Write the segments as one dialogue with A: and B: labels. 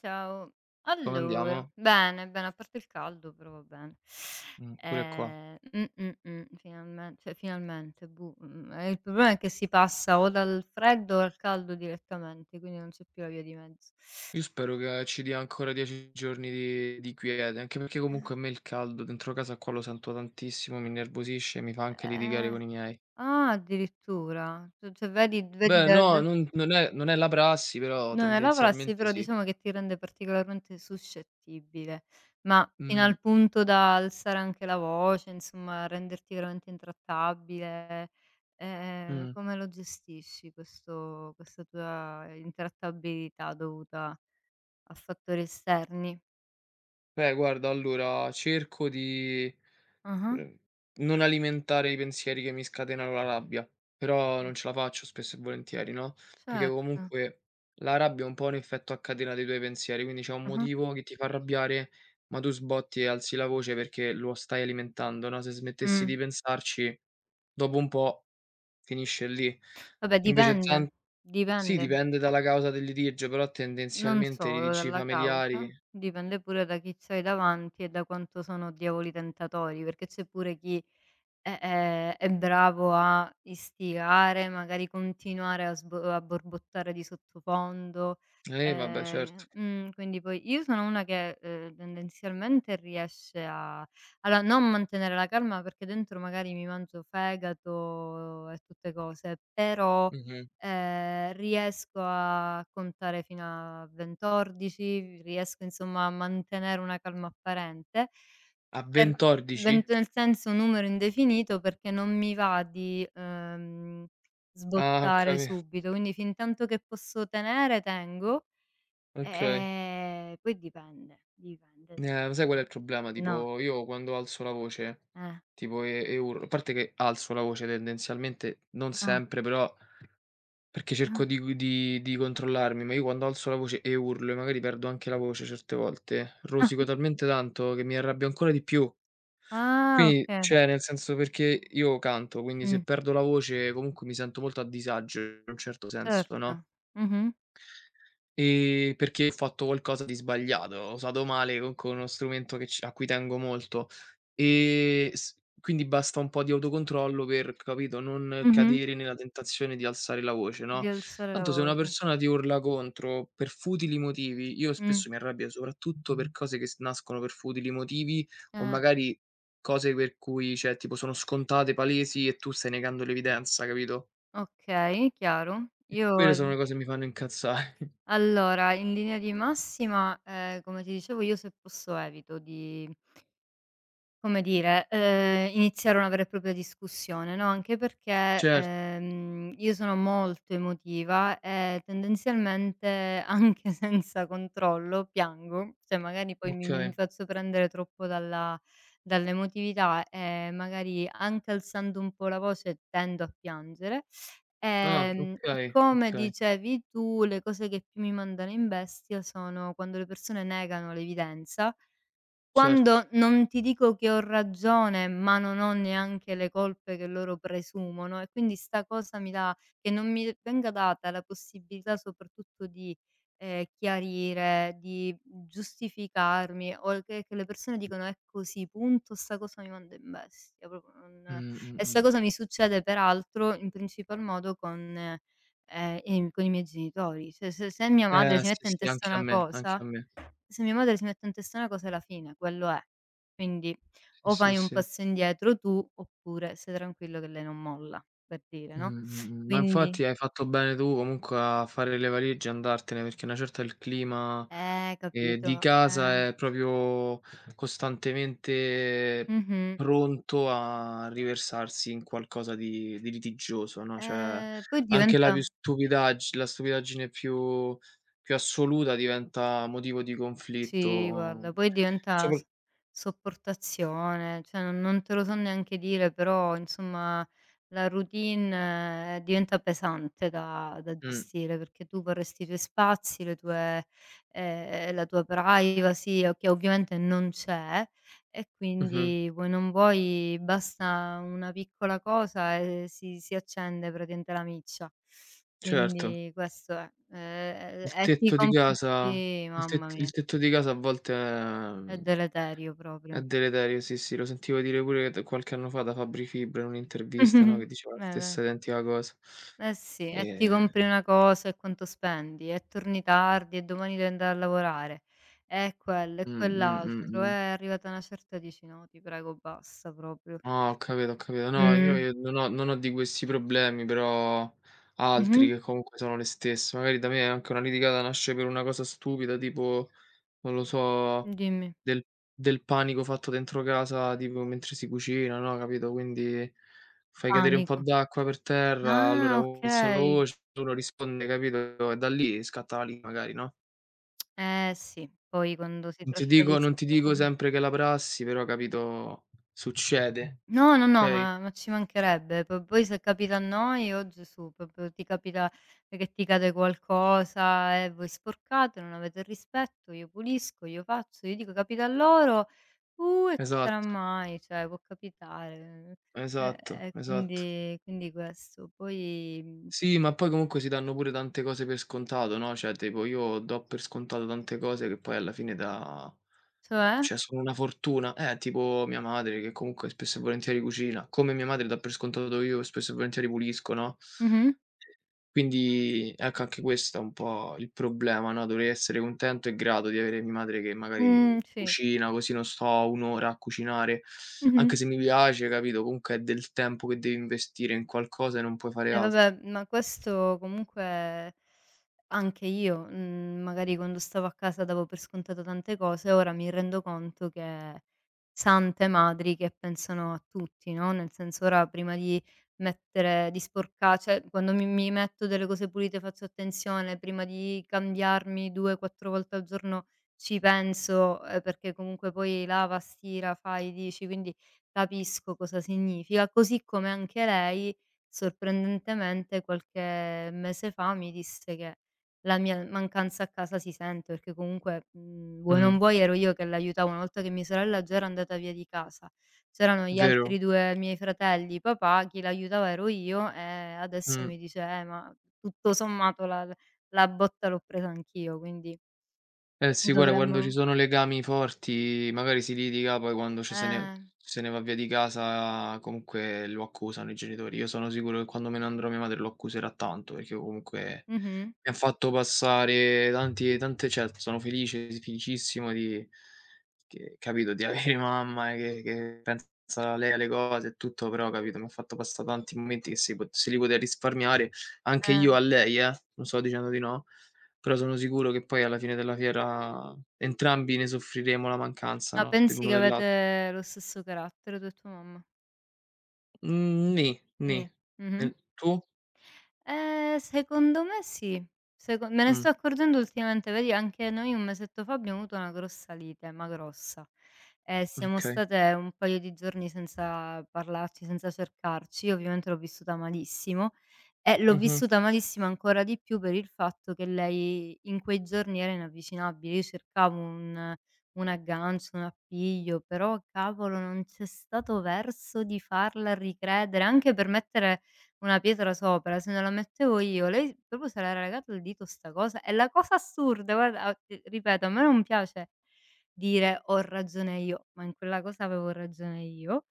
A: Ciao.
B: Come
A: Allora,
B: andiamo?
A: bene, bene, a parte il caldo però va bene.
B: Pure qua.
A: Finalmente, il problema è che si passa o dal freddo o al caldo direttamente, quindi non c'è più la via di mezzo.
B: Io spero che ci dia ancora 10 giorni di quiete, anche perché comunque a me il caldo dentro casa qua lo sento tantissimo, mi innervosisce e mi fa anche litigare
A: Eh.
B: con i miei.
A: Ah, addirittura. Tu cioè vedi
B: Beh no,
A: dal...
B: non è la prassi, però
A: Non è l'avrà sì,
B: tendenzialmente
A: però
B: sì.
A: diciamo che ti rende particolarmente suscettibile, ma fino
B: Mh,
A: al punto da alzare anche la voce, insomma renderti veramente intrattabile,
B: mh.
A: come lo gestisci questo questa tua intrattabilità dovuta a fattori esterni?
B: Beh guarda allora cerco di
A: Ah-ah,
B: Ehm, non alimentare i pensieri che mi scatenano la rabbia, però
A: eh,
B: non ce la faccio spesso e volentieri, no, perché
A: certo.
B: comunque la rabbia è un po' un effetto a catena dei tuoi pensieri, quindi c'è un
A: Ah-ah.
B: motivo che ti fa arrabbiare, ma tu sbotti e alzi la voce perché lo stai alimentando, no, se smettessi di
A: Mh.
B: pensarci, dopo un po' finisce lì.
A: Vabbè
B: Invece tan
A: dipende,
B: sì,
A: dipende.
B: dipende dalla causa del litigio, però
A: Non
B: tendenzialmente i
A: solo
B: litigi
A: dalla causa,
B: familiari
A: dipende pure da chi c'hai davanti e da quanto sono diavoli tentatori, perché c'è pure chi è bravo a istigare, magari continuare a sbo a borbottare di sottofondo,
B: vabbè, certo.
A: quindi poi io sono una che, tendenzialmente riesce a... allora non mantenere la calma perché dentro magari mi mangio fegato e tutte cose, però,
B: Mh-mh.
A: riesco a contare fino a 20, 11, riesco insomma a mantenere una calma apparente
B: A
A: per...
B: 20 ordici?
A: Vent nel senso numero indefinito perché non mi va di,
B: Ah, ho
A: sbottare
B: capi
A: subito, quindi fintanto che posso tenere tengo,
B: okay.
A: e poi dipende, dipende da
B: Sai
A: tante
B: qual è il
A: co...
B: problema?
A: No,
B: Tipo io quando alzo la voce,
A: eh,
B: tipo e urlo, a parte che alzo la voce tendenzialmente, non
A: ah,
B: sempre però, perché cerco di gu di controllarmi, ma io quando alzo la voce e urlo e magari perdo anche la voce certe volte,
A: ah,
B: rosico talmente tanto che mi arrabbio ancora di più.
A: ah,
B: Quindi
A: okay,
B: cioè nel senso perché io canto, quindi se
A: mh,
B: perdo la voce comunque mi sento molto a disagio in un certo senso, no?
A: certo. Mh-mh,
B: Perché ho fatto qualcosa di sbagliato, ho usato male co con uno strumento che c a cui tengo molto. S quindi basta un po' di autocontrollo per, capito, non
A: mh-mh,
B: cadere nella tentazione di alzare la voce, no,
A: di alzare la
B: tanto se una
A: voce.
B: persona ti urla contro per futili motivi io
A: Mh,
B: spesso mi arrabbio soprattutto per cose che s nascono per futili motivi o
A: eh,
B: magari cose per cui cioè, tipo sono scontate, palesi e tu stai negando l'evidenza, capito?
A: okay, chiaro.
B: E quelle sono
A: Io...
B: le cose che mi fanno incazzare.
A: Allora, in linea di massima, come ti dicevo io se posso evito di, come dire, iniziare una vera e propria discussione, no, anche perché,
B: Certo,
A: io sono molto emotiva e tendenzialmente anche senza controllo piango, cioè magari poi mi
B: okay.
A: faccio prendere troppo dalla dall'emotività e magari anche alzando un po' la voce tendo a piangere.
B: Ah,
A: E
B: okay,
A: come
B: okay,
A: dicevi tu, le cose che più mi mandano in bestia sono quando le persone negano l'evidenza,
B: certo.
A: quando non ti dico che ho ragione, ma non ho neanche le colpe che loro presumono e quindi sta cosa mi dà che non mi venga data la possibilità soprattutto di, chiarire, di giustificarmi o che le persone dicono: "È così, punto." Sta cosa mi manda in bestia, proprio
B: Mh,
A: non...
B: mh,
A: e sta
B: mh.
A: cosa mi succede peraltro in principal modo con, i con i miei genitori. Cioè se mia madre si
B: Sì,
A: mette in
B: sì,
A: testa
B: anche a
A: una
B: me, anche
A: cosa,
B: a me.
A: se mia madre si mette in testa una cosa è la fine, quello è. Quindi
B: Sì,
A: o
B: sì,
A: fai un
B: sì.
A: passo indietro tu, oppure stai tranquillo che lei non molla, per dire, no,
B: Ma
A: quindi
B: infatti hai fatto bene tu comunque a fare le valigie e andartene, perché una certa il clima, di
A: capito,
B: casa
A: eh.
B: è proprio costantemente
A: Mh-mh.
B: pronto a riversarsi in qualcosa di litigioso, no, cioè
A: Poi
B: anche la
A: diventa...
B: più stupidagg la stupidaggine più assoluta diventa motivo di
A: Sì, guarda,
B: conflitto.
A: poi diventa
B: sopra
A: s sopportazione, cioè non te lo so neanche dire, però insomma la routine diventa pesante da
B: mh,
A: gestire, perché tu vorresti i tuoi spazi, le tue la tua privacy, o che ovviamente non c'è, e
B: mh-mh,
A: quindi vuoi non vuoi basta una piccola cosa e si accende praticamente la miccia.
B: certo.
A: Quindi questo è.
B: Il
A: E ti
B: tetto di
A: comp
B: casa
A: Sì,
B: il
A: mamma
B: tet il
A: mia.
B: tetto di casa a volte,
A: È deleterio
B: è
A: proprio.
B: deleterio, sì, sì, lo sentivo dire pure d qualche anno fa da Fabri Fibra in un'intervista, no, che diceva la
A: Eh, eh.
B: stessa identica cosa.
A: Eh sì, e ti
B: Ehm
A: compri una cosa e quanto spendi, e torni tardi, e domani devi andare a lavorare, e quello e
B: mh,
A: quell'altro, è
B: mh.
A: arrivata una certa dici: "No, ti prego basta proprio".
B: Ah, ho capito, ho capito. No, io
A: Mh.
B: io non ho di questi problemi, però altri
A: Mh-mh.
B: che comunque sono le stesse. Magari da me anche una litigata nasce per una cosa stupida, tipo, non lo so,
A: Dimmi.
B: del del panico fatto dentro casa, tipo mentre si cucina, no, capito, quindi fai cadere un po'
A: Panico.
B: d'acqua per terra, allora
A: Ah,
B: uno alza la
A: okay.
B: voce, uno risponde, capito, e da lì scatta la lite magari, no.
A: Eh sì, poi quando si
B: Non ti
A: tratta di...
B: dico non ti dico sempre che è la prassi, però capito, succede,
A: No, no, no,
B: okay?
A: ma ci mancherebbe. P poi se capita a noi, oh Gesù, proprio ti capita che ti cade qualcosa e voi sporcate, non avete rispetto, io pulisco, io faccio, io dico capita a loro: e che sarà
B: Esatto.
A: mai?" Cioè può capitare. Eh,
B: Esatto,
A: e
B: esatto.
A: quindi questo. Poi mhmm,
B: Sì, ma poi comunque si danno pure tante cose per scontato, no, cioè tipo io do per scontato tante cose che poi alla fine da
A: cioè?
B: cioè sono una fortuna. Tipo mia madre che comunque spesso e volentieri cucina, come mia madre dà per scontato io spesso e volentieri pulisco, no?
A: Mh-mh.
B: Quindi ecco anche questo è un po' il problema, no, dovrei essere contento e grato di avere mia madre che magari
A: Sì.
B: cucina, così non sto 1 ora a cucinare. Anche
A: Mh-mh.
B: se mi piace, capito, comunque è del tempo che devi investire in qualcosa e non puoi fare
A: Eh
B: altro.
A: vabbè, ma questo comunque anche io, magari quando stavo a casa davo per scontato tante cose, ora mi rendo conto che sante madri che pensano a tutti, no, nel senso ora prima di mettere di sporca cioè quando mi metto delle cose pulite faccio attenzione, prima di cambiarmi 2, 4 volte al giorno ci penso, perché comunque poi lava, stira, fai, dici, quindi capisco cosa significa, così come anche lei... Sorprendentemente qualche mese fa mi disse che la mia mancanza a casa si sente, perché comunque, vuoi non
B: Mh,
A: vuoi ero io che l'aiutavo, una volta che mia sorella già era andata via di casa, c'erano gli
B: vero.
A: altri 2 miei fratelli, papà, chi l'aiutava ero io, e adesso
B: Mh.
A: mi dice: ma tutto sommato la botta l'ho presa anch'io, quindi
B: Eh sì, guarda quando
A: dovremmo..."
B: ci sono legami forti magari si litiga, poi quando ci se ne
A: eh,
B: se ne va via di casa comunque lo accusano i genitori. Io sono sicuro che quando me ne andrò mia madre lo accuserà tanto, perché comunque
A: mh-mh,
B: mi ha fatto passare tanti tante cioè sono felice, felicissimo di avere mamma e che pensa lei alle cose e tutto, però capito, mi ha fatto passa tanti momenti che si pot se li poteva risparmiare, anche
A: eh.
B: io a lei non sto dicendo di no. Però sono sicuro che poi alla fine della fiera entrambi ne soffriremo la mancanza,
A: Ma
B: no,
A: pensi
B: dell'uno
A: che
B: dell'altro.
A: avete lo stesso carattere tu e tua mamma?
B: Mhmm, nì, nì.
A: Nì,
B: E
A: mh-mh.
B: tu?
A: Secondo me sì. Seco me ne
B: Mh,
A: sto accorgendo ultimamente, vedi anche noi un mesetto fa abbiamo avuto una grossa lite, ma grossa. E siamo
B: okay.
A: state un paio di giorni senza parlarci, senza cercarci. Io ovviamente l'ho vissuta malissimo e l'ho
B: Mh-mh.
A: vissuta malissimo ancora di più per il fatto che lei in quei giorni era inavvicinabile. Io cercavo un aggancio, un appiglio, però cavolo non c'è stato verso di farla ricredere, anche per mettere una pietra sopra, se non la mettevo io, lei proprio se l'era legato il dito 'sta cosa e la cosa assurda guarda, a ti ripeto, a me non piace dire: "Ho ragione io", ma in quella cosa avevo ragione io,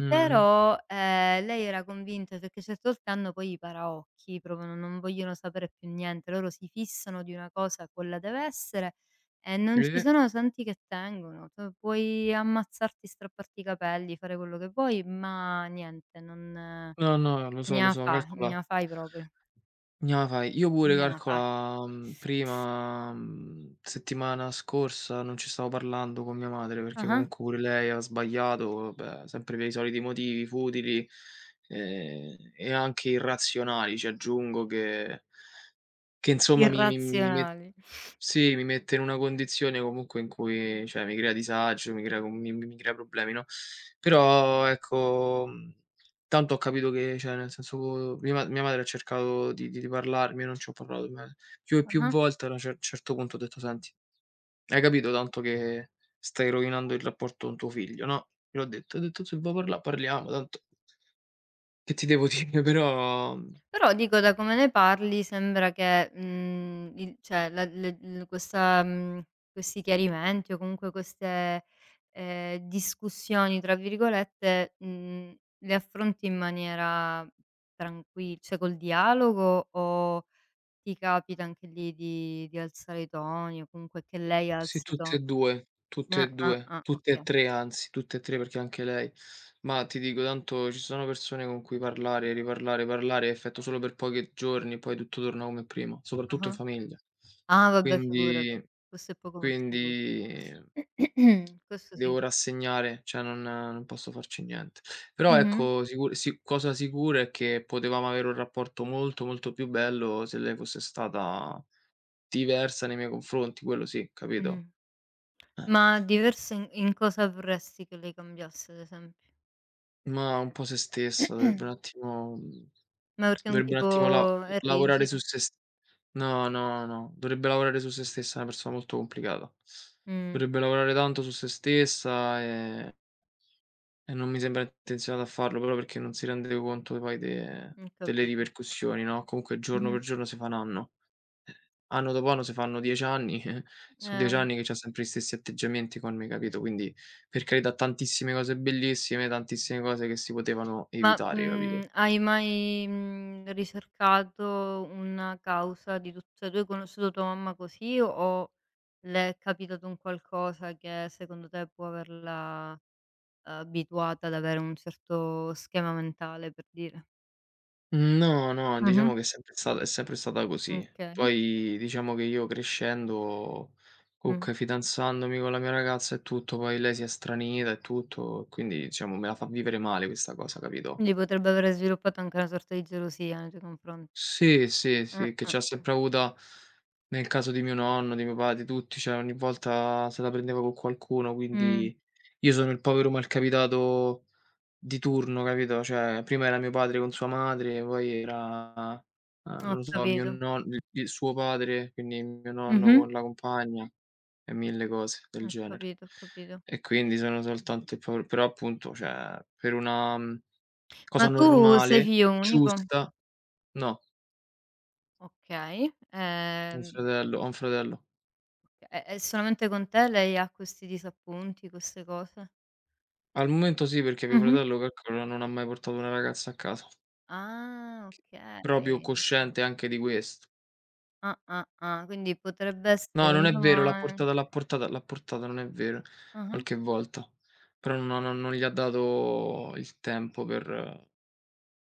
B: Mh-mh.
A: però, lei era convinta perché certe volte hanno poi i paraocchi, proprio non vogliono sapere più niente, loro si fissano di una cosa, quella dev'essere e non ci
B: Ri
A: sono santi che tengono. Tu puoi ammazzarti, strapparti i capelli, fare quello che vuoi, ma niente, non...
B: no, no, lo
A: Gna
B: so,
A: fai,
B: calcola
A: gna fai proprio,
B: no, fai io pure
A: gna fai.
B: calcola, prima, settimana scorsa non ci stavo parlando con mia madre, perché
A: Ah-ah.
B: comunque pure lei ha sbagliato, vabbè, sempre per i soliti motivi futili, e anche irrazionali, ci aggiungo che insomma mi mi mi met
A: Irrazionali.
B: sì, mi mette in una condizione comunque in cui cioè mi crea disagio, mi crea con mi mi crea problemi, no, però ecco, tanto ho capito che cioè nel senso mia madre ha cercato di parlarmi, io non ci ho parlato, ma più e più
A: Ah-ah.
B: volte a una certo punto ho detto: "Senti, hai capito tanto che stai rovinando il rapporto con tuo figlio, no?" Gliel'ho detto, ho detto: "Se vuoi parlà parliamo, tanto che ti devo dire?" Però, mhmm
A: Però dico da come ne parli sembra che, mhmm, il cioè la le l questa questi chiarimenti o comunque queste, "discussioni" tra virgolette, le affronti in maniera tranquill cioè col dialogo o ti capita anche lì di alzare i toni o comunque che lei
B: Sì,
A: alzi i
B: tutte
A: toni?
B: e 2, tutte e
A: Ah, ah,
B: 2,
A: ah,
B: tutte e
A: okay.
B: 3 anzi, tutte e 3 perché anche lei, ma ti dico tanto ci sono persone con cui parlare, riparlare, parlare è effetto solo per pochi giorni, poi tutto torna come prima, soprattutto in
A: Ah-ah.
B: famiglia.
A: Ah vabbè figurati,
B: Quindi
A: questo è poco ma sicuro.
B: quindi
A: Questo sì.
B: devo rassegnare, cioè non posso farci niente. Però
A: Mh-mh,
B: ecco, sicur si cosa sicura è che potevamo avere un rapporto molto, molto più bello se lei fosse stata diversa nei miei confronti, quello sì, capito?
A: mh.
B: Eh.
A: Ma diversa in cosa vorresti che lei cambiasse ad esempio?
B: Ma un po' sé stessa, dovrebbe un attimo
A: Ma perché è un
B: dovrebbe un attimo la
A: tipo è
B: lavorare su
A: rigida?
B: sé s no, no, no, dovrebbe lavorare su sé stessa, è una persona molto complicata.
A: Mh,
B: Dovrebbe lavorare tanto su sé stessa, e non mi sembra intenzionata a farlo, proprio perché non si rende conto poi de
A: ho
B: delle
A: capito.
B: ripercussioni, no, comunque giorno
A: Mh-mh.
B: per giorno si faranno. Anno dopo anno si fanno 10 anni, so'
A: Eh,
B: 10 anni che c'ha sempre gli stessi atteggiamenti con me, capito, quindi per carità tantissime cose bellissime, tantissime cose che si potevano
A: ma,
B: evitare, capito?
A: hai mai, ricercato una causa di tut cioè tu hai conosciuto tua mamma così o le è capitato un qualcosa che secondo te può averla abituata ad avere un certo schema mentale, per dire.
B: No, no,
A: Mh-mh.
B: diciamo che è sempre stata così.
A: Okay.
B: Poi diciamo che io crescendo,
A: Mh.
B: comunque fidanzandomi con la mia ragazza e tutto, poi lei si è stranita e tutto, quindi diciamo me la fa vivere male questa cosa, capito?
A: Quindi potrebbe avere sviluppato anche una sorta di gelosia nei tuoi confronti.
B: Sì, sì, sì, che c'ha
A: Eh-eh.
B: sempre avuta nel caso di mio nonno, di mio pa di tutti, cioè ogni volta se la prendeva con qualcuno,
A: Mh,
B: quindi io sono il povero malcapitato di turno, capito, cioè prima era mio padre con sua madre, poi era,
A: ho
B: non lo so, mio
A: capito.
B: non il il suo padre, quindi mio nonno
A: Mh-mh.
B: con la compagna e mille cose del
A: Ho
B: genere.
A: capito, ho capito.
B: E quindi sono soltanto il povero però appunto, cioè per una,
A: Ma
B: cosa
A: tu sei
B: normale,
A: figlio unico?
B: giusta no.
A: Okay.
B: Un fratello ho un fratello.
A: È solamente con te lei ha questi disappunti, queste cose?
B: Al momento sì, perché mio
A: Mh-mh.
B: fratello calcola non ha mai portato una ragazza a casa.
A: Ah,
B: Proprio
A: okay.
B: cosciente anche di questo.
A: Ah, ah, ah. Quindi potrebbe essere
B: No, non
A: un
B: è vero, l'ha
A: domani
B: portata l'ha portata l'ha portata, non è vero,
A: ah-ah.
B: qualche volta, però non gli ha dato il tempo per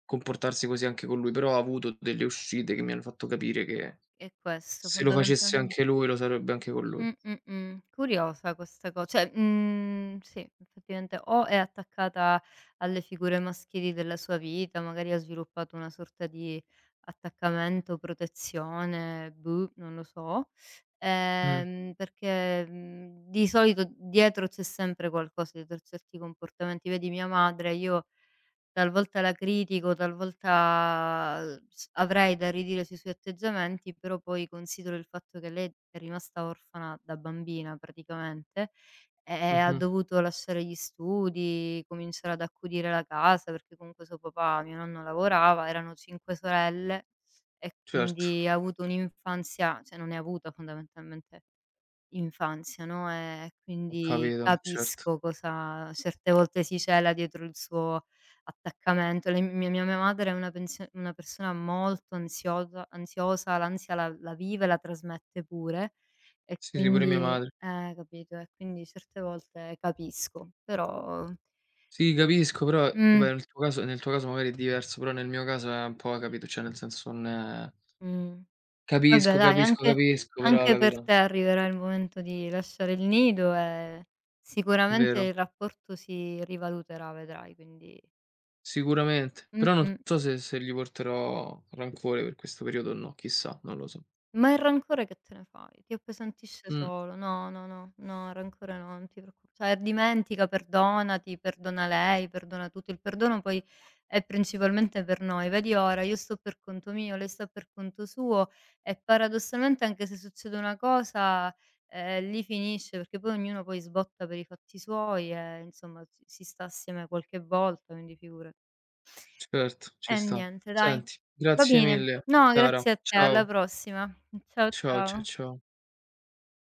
B: comportarsi così anche con lui, però ha avuto delle uscite che mi hanno fatto capire che
A: È questo
B: se lo facesse
A: fondamentalmen
B: anche lui, lo sarebbe anche con lui.
A: mh. Curiosa questa co cioè, sì, effettivamente o è attaccata alle figure maschili della sua vita, magari ha sviluppato una sorta di attaccamento, protezione, boh, non lo so,
B: Mh,
A: perché, di solito dietro c'è sempre qualcosa, dietro certi comportamenti. Vedi mia madre, io... Talvolta la critico, talvolta, s avrei da ridire sui suoi atteggiamenti, però poi considero il fatto che lei è rimasta orfana da bambina praticamente, e ha
B: mh-mh,
A: dovuto lasciare gli studi, cominciare ad accudire la casa, perché comunque suo papà, mio nonno lavorava, erano 5 sorelle e
B: certo,
A: quindi ha avuto un'infanzia cioè non ne ha avuta fondamentalmente, infanzia, no, e
B: ho
A: quindi
B: capito, certo.
A: capisco cosa certe volte si cela dietro il suo attaccamento. Lei mia madre è una pensio una persona molto ansiosa, l'ansia la vive, la trasmette pure e
B: Sì, sì, pure mia
A: quindi
B: madre.
A: capito, e quindi certe volte capisco, però
B: Sì, capisco, però vabbè
A: mh,
B: nel tuo caso magari è diverso, però nel mio caso è un po' capito, cioè nel senso non è-
A: mh. Vabbè
B: capisco,
A: dai,
B: capisco,
A: anche
B: capisco, però
A: anche per
B: capito
A: te arriverà il momento di lasciare il nido e sicuramente
B: vero,
A: il rapporto si rivaluterà, vedrai, quindi
B: sicuramente. Però non
A: mh-mh.
B: so se gli porterò rancore per questo periodo o no, chissà, non lo so.
A: Ma il rancore che te ne fai? Ti appesantisce
B: Mh,
A: solo. No, no, no, no, il rancore no, non ti preoccu cioè dimentica, perdonati, perdona lei, perdona tutto. Il perdono poi è principalmente per noi. Vedi ora, io sto per conto mio, lei sta per conto suo e paradossalmente anche se succede una cosa, lì finisce, perché poi ognuno poi sbotta per i fatti suoi e insomma si sta assieme qualche volta, quindi figurati.
B: certo,
A: E
B: ci sta.
A: niente dai.
B: Senti,
A: Va
B: grazie
A: bene.
B: mille
A: No,
B: cara.
A: grazie a te, alla
B: Ciao,
A: prossima. Ciao,
B: ciao, ciao, cia
A: ciao.
B: ciao.